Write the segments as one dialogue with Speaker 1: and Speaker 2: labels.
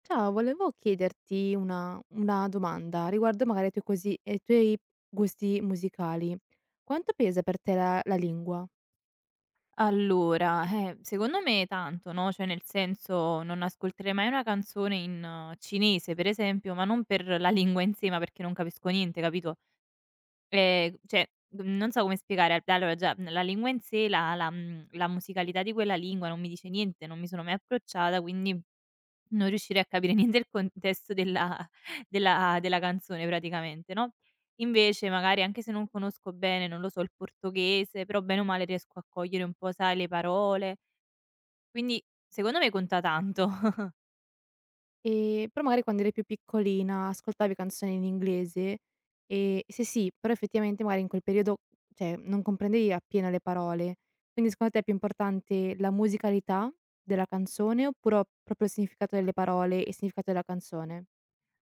Speaker 1: Ciao, volevo chiederti una domanda riguardo magari ai tuoi cosi ai tuoi gusti musicali. Quanto pesa per te la lingua?
Speaker 2: Allora, secondo me tanto, no, cioè nel senso non ascolterei mai una canzone in cinese, per esempio, ma non per la lingua in sé, ma perché non capisco niente, capito? Cioè, non so come spiegare. Allora già, la lingua in sé, la musicalità di quella lingua non mi dice niente, non mi sono mai approcciata, quindi non riuscirei a capire niente del contesto della della canzone praticamente, no. Invece magari anche se non conosco bene, non lo so, il portoghese, però bene o male riesco a cogliere un po', sai, le parole, quindi secondo me conta tanto.
Speaker 1: E però magari quando eri più piccolina ascoltavi canzoni in inglese? E se sì, però effettivamente magari in quel periodo, cioè, non comprendevi appieno le parole. Quindi secondo te è più importante la musicalità della canzone oppure proprio il significato delle parole e il significato della canzone?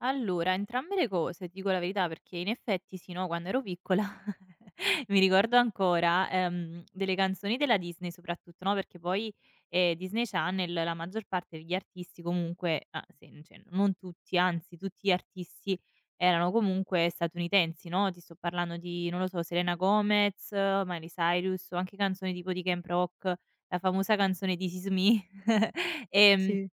Speaker 2: Allora, entrambe le cose, ti dico la verità, perché in effetti sì, no, quando ero piccola mi ricordo ancora, delle canzoni della Disney soprattutto, no, perché poi, Disney Channel, la maggior parte degli artisti comunque ah, se n cioè non tutti, anzi tutti gli artisti erano comunque statunitensi, no, ti sto parlando di, non lo so, Selena Gomez, Miley Cyrus, o anche canzoni tipo di Camp Rock, la famosa canzone "This is me" ehm
Speaker 1: Sì.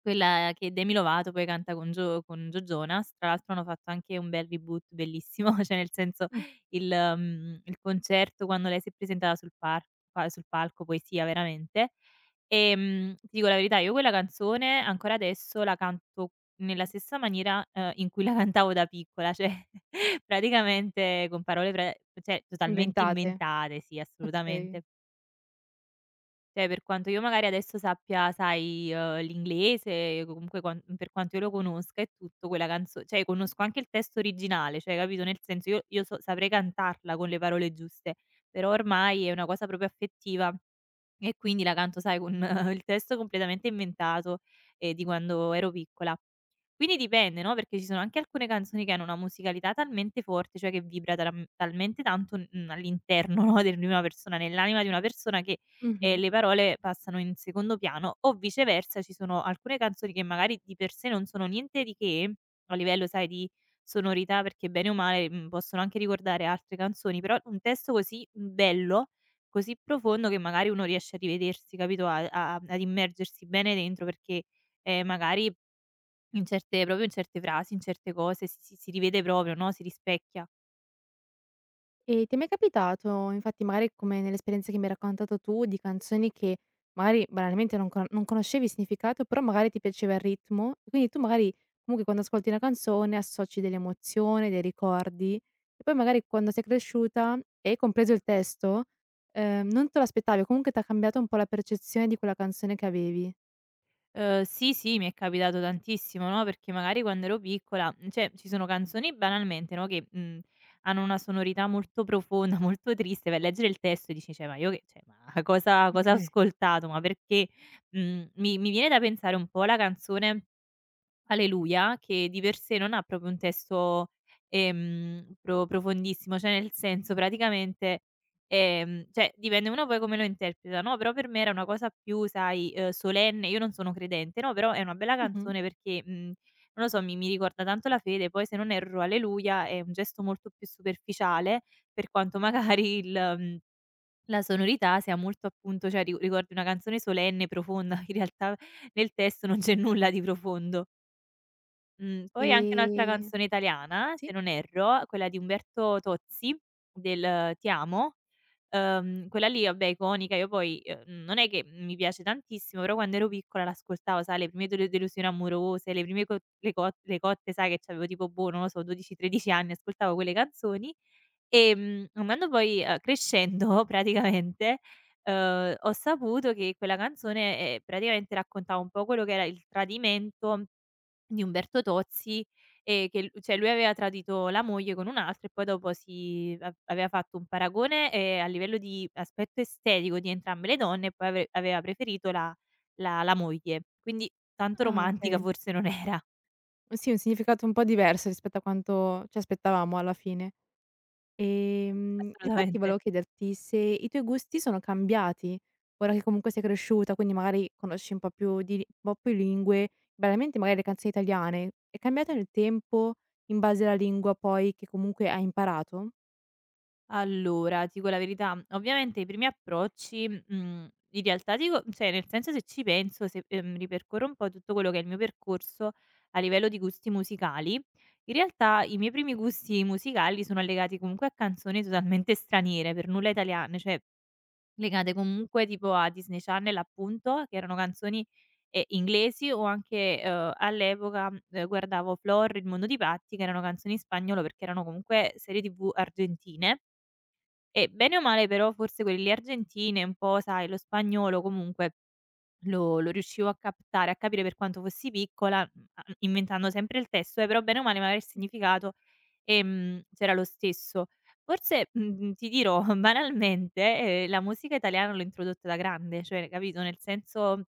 Speaker 2: quella che Demi Lovato poi canta con Gio Jonas. Tra l'altro hanno fatto anche un bel reboot bellissimo, cioè nel senso
Speaker 1: Mh,
Speaker 2: il il concerto quando lei si è presentata sul par pa sul palco, poesia veramente. Ti dico la verità, io quella canzone ancora adesso la canto nella stessa maniera, in cui la cantavo da piccola, cioè praticamente con parole pre cioè totalmente
Speaker 1: inventate.
Speaker 2: inventate, sì,
Speaker 1: Okay.
Speaker 2: assolutamente. Cioè, per quanto io magari adesso sappia, sai, l'inglese, comunque quan per quanto io lo conosca e tutto, quella canzo cioè conosco anche il testo originale, cioè capito, nel senso io saprei cantarla con le parole giuste, però ormai è una cosa proprio affettiva. E quindi la canto, sai, con il testo completamente inventato, di quando ero piccola. Quindi dipende, no, perché ci sono anche alcune canzoni che hanno una musicalità talmente forte, cioè che vibra talam talmente tanto, all'interno, no, del di una persona, nell'anima di una persona, che,
Speaker 1: Mh-mh.
Speaker 2: le parole passano in secondo piano. O viceversa, ci sono alcune canzoni che magari di per sé non sono niente di che a livello, sai, di sonorità, perché bene o male, possono anche ricordare altre canzoni, però un testo così bello, così profondo, che magari uno riesce a rivedersi, capito, a a ad immergersi bene dentro, perché, magari in certe frasi, in certe cose si rivede proprio, no, si rispecchia.
Speaker 1: E ti è mai capitato, infatti magari come nell'esperienza che mi hai raccontato tu, di canzoni che magari banalmente non conoscevi il significato, però magari ti piaceva il ritmo, e quindi tu magari comunque quando ascolti una canzone associ dell'emozione, dei ricordi e poi magari quando sei cresciuta e compreso il testo, non te lo aspettavi o comunque t'ha cambiato un po' la percezione di quella canzone che avevi.
Speaker 2: Sì, sì, mi è capitato tantissimo, no, perché magari quando ero piccola, cioè ci sono canzoni banalmente, no, che, hanno una sonorità molto profonda, molto triste, vai a leggere il testo e dici: "Cioè, ma io che, cioè, ma cosa ho
Speaker 1: Okay.
Speaker 2: ascoltato? Ma perché?" Mhmm, mi mi viene da pensare un po' alla canzone Alleluia, che di per sé non ha proprio un testo, profondissimo, cioè nel senso praticamente, cioè dipende uno poi come lo interpreta, no, però per me era una cosa più, sai, solenne. Io non sono credente, no, però è una bella
Speaker 1: Mh-mh.
Speaker 2: canzone perché, non lo so, mi ricorda tanto la fede. Poi, se non erro, Alleluia è un gesto molto più superficiale, per quanto magari la sonorità sia molto, appunto, cioè ri ricordi una canzone solenne, profonda, in realtà nel testo non c'è nulla di profondo. Poi anche un'altra
Speaker 1: Ehm,
Speaker 2: canzone italiana, se
Speaker 1: sì?
Speaker 2: non erro, quella di Umberto Tozzi, del "Ti amo", quella lì, vabbè, iconica, io poi, non è che mi piace tantissimo, però quando ero piccola l'ascoltavo, sai, le prime delusioni amorose, le prime co le cotte, sai che c'avevo tipo, boh, non lo so, 12, 13 anni, ascoltavo quelle canzoni. Andando poi, crescendo praticamente, ho saputo che quella canzone, praticamente raccontava un po' quello che era il tradimento di Umberto Tozzi, che l cioè lui aveva tradito la moglie con un'altra, e poi dopo si av aveva fatto un paragone, a livello di aspetto estetico, di entrambe le donne, e poi aveva preferito la moglie. Quindi tanto
Speaker 1: Ah,
Speaker 2: romantica
Speaker 1: okay.
Speaker 2: forse non era.
Speaker 1: Sì, un significato un po' diverso rispetto a quanto ci aspettavamo alla fine. Infatti
Speaker 2: Assolutamente.
Speaker 1: volevo chiederti se i tuoi gusti sono cambiati, ora che comunque sei cresciuta, quindi magari conosci un po' più lingue, banalmente magari le canzoni italiane, è cambiato nel tempo in base alla lingua poi che comunque hai imparato?
Speaker 2: Allora, ti dico la verità, ovviamente i primi approcci, in realtà ti dico, cioè nel senso, se ci penso, se, ripercorro un po' tutto quello che è il mio percorso a livello di gusti musicali, in realtà i miei primi gusti musicali sono legati comunque a canzoni totalmente straniere, per nulla italiane, cioè legate comunque tipo a Disney Channel, appunto, che erano canzoni, inglesi, o anche, all'epoca, guardavo Flor, Il mondo di Patty, che erano canzoni in spagnolo perché erano comunque serie TV argentine. E bene o male però forse quelle lì argentine un po', sai, lo spagnolo comunque lo riuscivo a captare, a capire per quanto fossi piccola, inventando sempre il testo, però bene o male magari il significato, c'era lo stesso. Forse, ti dirò banalmente, la musica italiana l'ho introdotta da grande, cioè capito, nel senso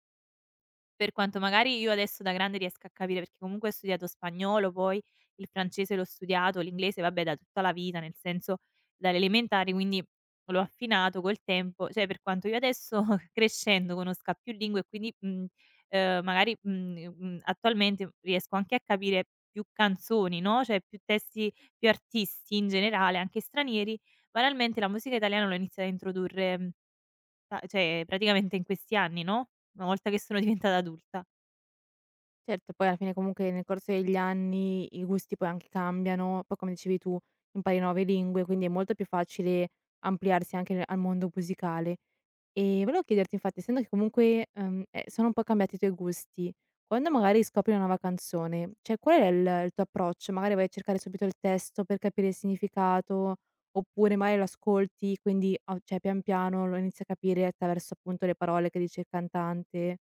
Speaker 2: per quanto magari io adesso da grande riesca a capire, perché comunque ho studiato spagnolo, poi il francese l'ho studiato, l'inglese, vabbè, da tutta la vita, nel senso dalle elementari, quindi l'ho affinato col tempo, cioè per quanto io adesso crescendo conosca più lingue, e quindi, magari, attualmente riesco anche a capire più canzoni, no, cioè più testi, più artisti in generale, anche stranieri, banalmente la musica italiana l'ho iniziata a introdurre, mhmm, ta cioè praticamente in questi anni, no, una volta che sono diventata adulta.
Speaker 1: Certo, poi alla fine comunque nel corso degli anni i gusti poi anche cambiano, poi come dicevi tu impari nuove lingue, quindi è molto più facile ampliarsi anche al mondo musicale. Volevo chiederti infatti, essendo che comunque, sono un po' cambiati i tuoi gusti, quando magari scopri una nuova canzone, cioè qual è il tuo approccio? Magari vai a cercare subito il testo per capire il significato, oppure magari lo ascolti, quindi a cioè pian piano lo inizi a capire attraverso appunto le parole che dice il cantante.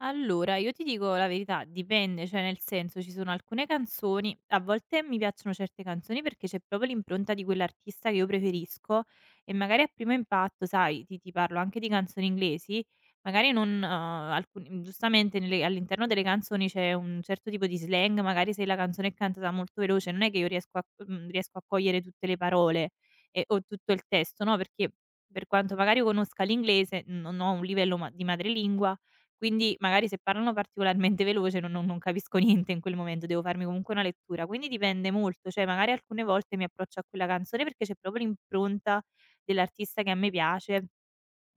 Speaker 2: Allora, io ti dico la verità, dipende, cioè nel senso ci sono alcune canzoni, a volte mi piacciono certe canzoni perché c'è proprio l'impronta di quell'artista che io preferisco, e magari a primo impatto, sai, ti parlo anche di canzoni inglesi, magari non giustamente all'interno delle canzoni c'è un certo tipo di slang, magari se la canzone è cantata molto veloce, non è che io riesco riesco a cogliere tutte le parole o tutto il testo, no? Perché per quanto magari io conosca l'inglese, non ho un livello di madrelingua, quindi magari se parlano particolarmente veloce non capisco niente in quel momento, devo farmi comunque una lettura. Quindi dipende molto, cioè magari alcune volte mi approccio a quella canzone perché c'è proprio l'impronta dell'artista che a me piace,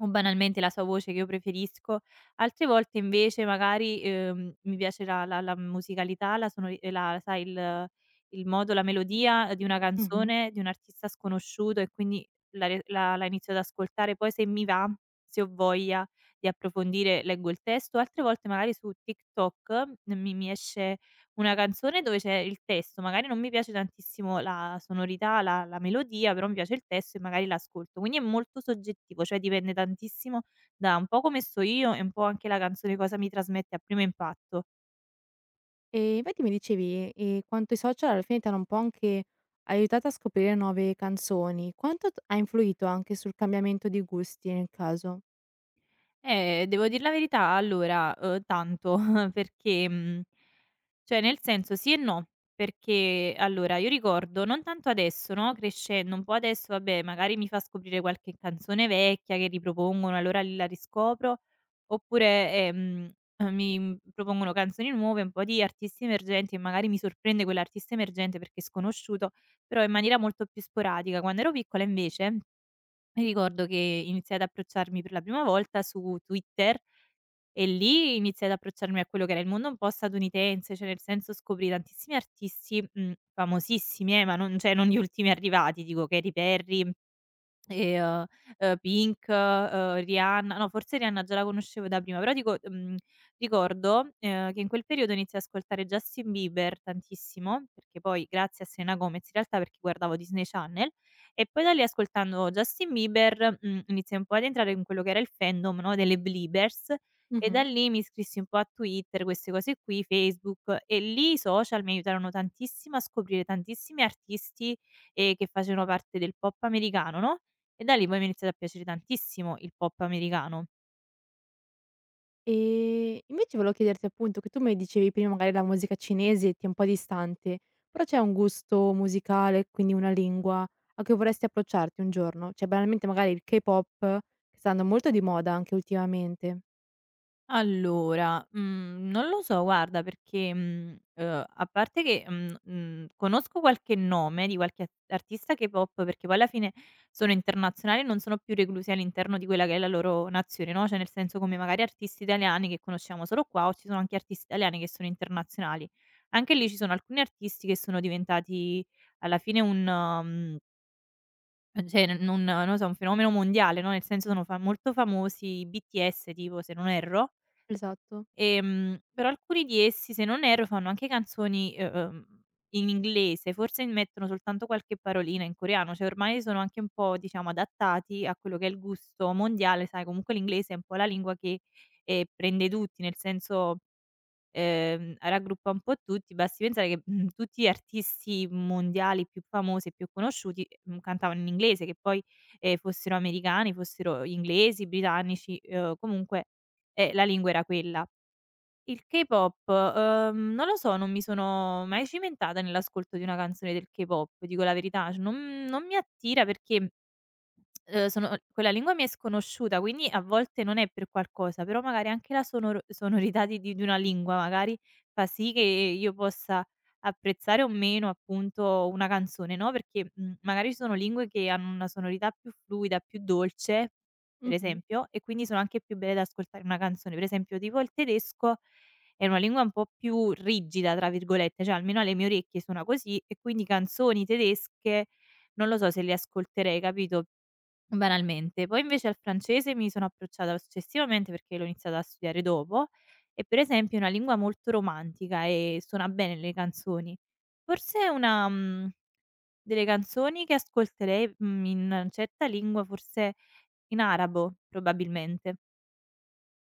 Speaker 2: o banalmente la sua voce che io preferisco. Altre volte invece magari, mi piace la musicalità, la sonori la, sai, il modo, la melodia, di una
Speaker 1: Mh-mh.
Speaker 2: canzone, di un artista sconosciuto, e quindi la re la la inizio ad ascoltare. Poi se mi va, se ho voglia di approfondire, leggo il testo. Altre volte magari su TikTok, mi esce una canzone dove c'è il testo, magari non mi piace tantissimo la sonorità, la melodia, però mi piace il testo e magari l'ascolto. Quindi è molto soggettivo, cioè dipende tantissimo da un po' come sto io e un po' anche la canzone cosa mi trasmette a primo impatto.
Speaker 1: Infatti mi dicevi, quanto i social alla fine ti hanno un po' anche aiutato a scoprire nuove canzoni. Quanto t ha influito anche sul cambiamento di gusti nel caso?
Speaker 2: Devo dir la verità, allora, tanto perché, cioè nel senso sì e no, perché allora io ricordo, non tanto adesso, no, crescendo, un po' adesso, vabbè, magari mi fa scoprire qualche canzone vecchia che ripropongono, allora lì la riscopro, oppure, propongono canzoni nuove, un po' di artisti emergenti, e magari mi sorprende quell'artista emergente perché è sconosciuto, però in maniera molto più sporadica. Quando ero piccola invece mi ricordo che iniziai ad approcciarmi per la prima volta su Twitter, e lì iniziai ad approcciarmi a quello che era il mondo un po' statunitense, cioè nel senso scoprì tantissimi artisti, famosissimi, ma non, cioè non gli ultimi arrivati, dico Katy Perry e, Pink, Rihanna, no, forse Rihanna già la conoscevo da prima, però dico, ricordo, che in quel periodo iniziai a ascoltare Justin Bieber tantissimo, perché poi grazie a Selena Gomez, in realtà perché guardavo Disney Channel, e poi da lì ascoltando Justin Bieber, iniziai un po' ad entrare in quello che era il fandom, no, delle Bleibers, e da
Speaker 1: Mh-mh.
Speaker 2: lì mi iscrissi un po' a Twitter, queste cose qui, Facebook, e lì i social mi aiutarono tantissimo a scoprire tantissimi artisti, che facevano parte del pop americano, no, e da lì poi mi è iniziato a piacere tantissimo il pop americano.
Speaker 1: Invece volevo chiederti appunto che tu me dicevi prima magari la musica cinese ti è un po' distante, però c'è un gusto musicale, quindi una lingua a cui vorresti approcciarti un giorno? Cioè banalmente magari il K-pop, che sta andando molto di moda anche ultimamente.
Speaker 2: Allora, non lo so guarda perché, a parte che, conosco qualche nome di qualche at artista K-pop, perché poi alla fine sono internazionali e non sono più reclusi all'interno di quella che è la loro nazione, no, cioè nel senso come magari artisti italiani che conosciamo solo qua o ci sono anche artisti italiani che sono internazionali. Anche lì ci sono alcuni artisti che sono diventati alla fine un mhmm cioè n non non lo so, un fenomeno mondiale, no, nel senso sono fa molto famosi i BTS tipo, se non erro,
Speaker 1: Esatto.
Speaker 2: però alcuni di essi, se non erro, fanno anche canzoni, in inglese, forse mettono soltanto qualche parolina in coreano, cioè ormai sono anche un po', diciamo, adattati a quello che è il gusto mondiale, sai, comunque l'inglese è un po' la lingua che, prende tutti, nel senso raggruppa un po' tutti, basti pensare che, tutti gli artisti mondiali più famosi e più conosciuti, cantavano in inglese, che poi, fossero americani, fossero inglesi, britannici, comunque, la lingua era quella. Il K-pop, non lo so, non mi sono mai cimentata nell'ascolto di una canzone del K-pop, dico la verità, cioè non mi attira perché sono quella lingua mi è sconosciuta, quindi a volte non è per qualcosa, però magari anche la sonorità di una lingua magari fa sì che io possa apprezzare o meno appunto una canzone, no, perché, magari ci sono lingue che hanno una sonorità più fluida, più dolce, per
Speaker 1: Mh-mh.
Speaker 2: esempio, e quindi sono anche più belle da ascoltare una canzone. Per esempio tipo il tedesco è una lingua un po' più "rigida" tra virgolette, cioè almeno alle mie orecchie suona così, e quindi canzoni tedesche non lo so se le ascolterei, capito? Banalmente. Poi invece al francese mi sono approcciata successivamente perché l'ho iniziata a studiare dopo, e per esempio è una lingua molto romantica e suona bene le canzoni. Forse è una, delle canzoni che ascolterei, in una certa lingua, forse in arabo probabilmente.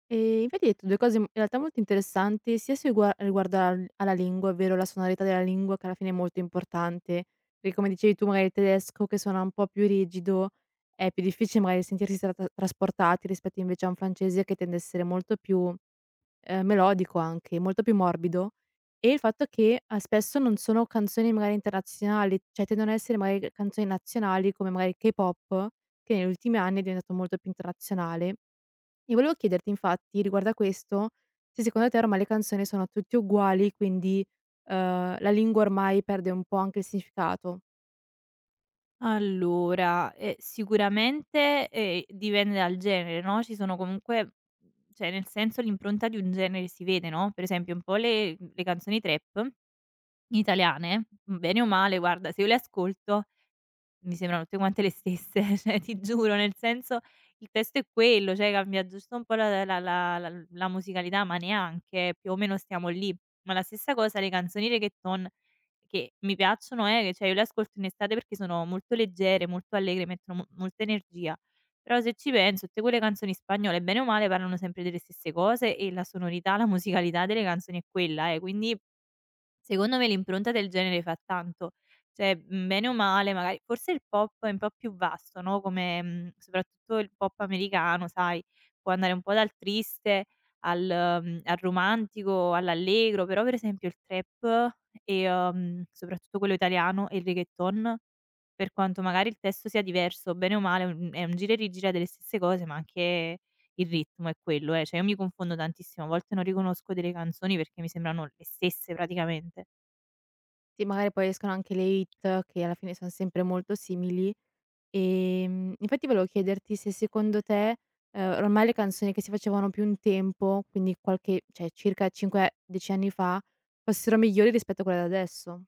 Speaker 1: Infatti hai detto 2 cose in realtà molto interessanti, sia sui gua riguardo al alla lingua, ovvero la sonorità della lingua che alla fine è molto importante, perché come dicevi tu magari il tedesco che suona un po' più rigido, è più difficile magari sentirsi trasportati rispetto invece a un francese che tende a essere molto più, melodico anche, molto più morbido. E il fatto che, spesso non sono canzoni magari internazionali, cioè tendono a essere magari canzoni nazionali come magari il K-pop, che negli ultimi anni è diventato molto più internazionale. E volevo chiederti infatti, riguardo a questo, se secondo te ormai le canzoni sono tutte uguali, quindi, la lingua ormai perde un po' anche il significato.
Speaker 2: Allora, sicuramente, dipende dal genere, no, ci sono comunque, cioè nel senso l'impronta di un genere si vede, no, per esempio un po' le canzoni trap italiane, bene o male, guarda, se io le ascolto mi sembrano tutte quante le stesse, cioè ti giuro, nel senso il testo è quello, cioè cambia giusto un po' la musicalità, ma neanche, più o meno stiamo lì. Ma la stessa cosa le canzoni reggaeton, che mi piacciono, che cioè io le ascolto in estate perché sono molto leggere, molto allegre, mettono mo molta energia. Però se ci penso, tutte quelle canzoni spagnole, bene o male, parlano sempre delle stesse cose, e la sonorità, la musicalità delle canzoni è quella, quindi secondo me l'impronta del genere fa tanto. Cioè, bene o male, magari forse il pop è un po' più vasto, no, come, soprattutto il pop americano, sai, può andare un po' dal triste al al romantico, all'allegro, però per esempio il trap e, soprattutto quello italiano e il reggaeton, per quanto magari il testo sia diverso, bene o male, è un gira e rigira delle stesse cose, ma anche il ritmo è quello, eh. Cioè io mi confondo tantissimo, a volte non riconosco delle canzoni perché mi sembrano le stesse praticamente.
Speaker 1: Sì, magari poi escono anche le hit che alla fine son sempre molto simili. Infatti volevo chiederti se secondo te, ormai le canzoni che si facevano più un tempo, quindi qualche cioè circa 5, 10 anni fa, fossero migliori rispetto a quelle da adesso.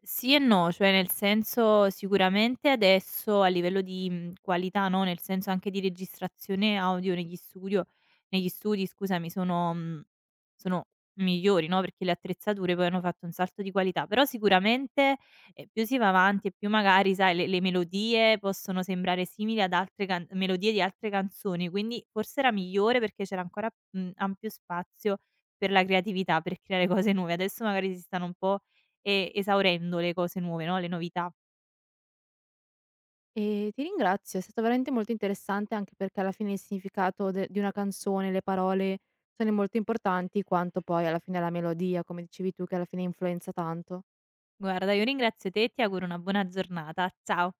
Speaker 2: Sì e no, cioè nel senso sicuramente adesso a livello di, qualità, no, nel senso anche di registrazione audio negli studi, scusami, sono migliori, no, perché le attrezzature poi hanno fatto un salto di qualità, però sicuramente, più si va avanti e più magari sai le melodie possono sembrare simili ad altre can melodie di altre canzoni, quindi forse era migliore perché c'era ancora, ampio spazio per la creatività, per creare cose nuove. Adesso magari si stanno un po' esaurendo le cose nuove, no, le novità.
Speaker 1: Ti ringrazio, è stato veramente molto interessante anche perché alla fine il significato de di una canzone, le parole sono molto importanti quanto poi alla fine la melodia, come dicevi tu, che alla fine influenza tanto.
Speaker 2: Guarda, io ringrazio te e ti auguro una buona giornata. Ciao.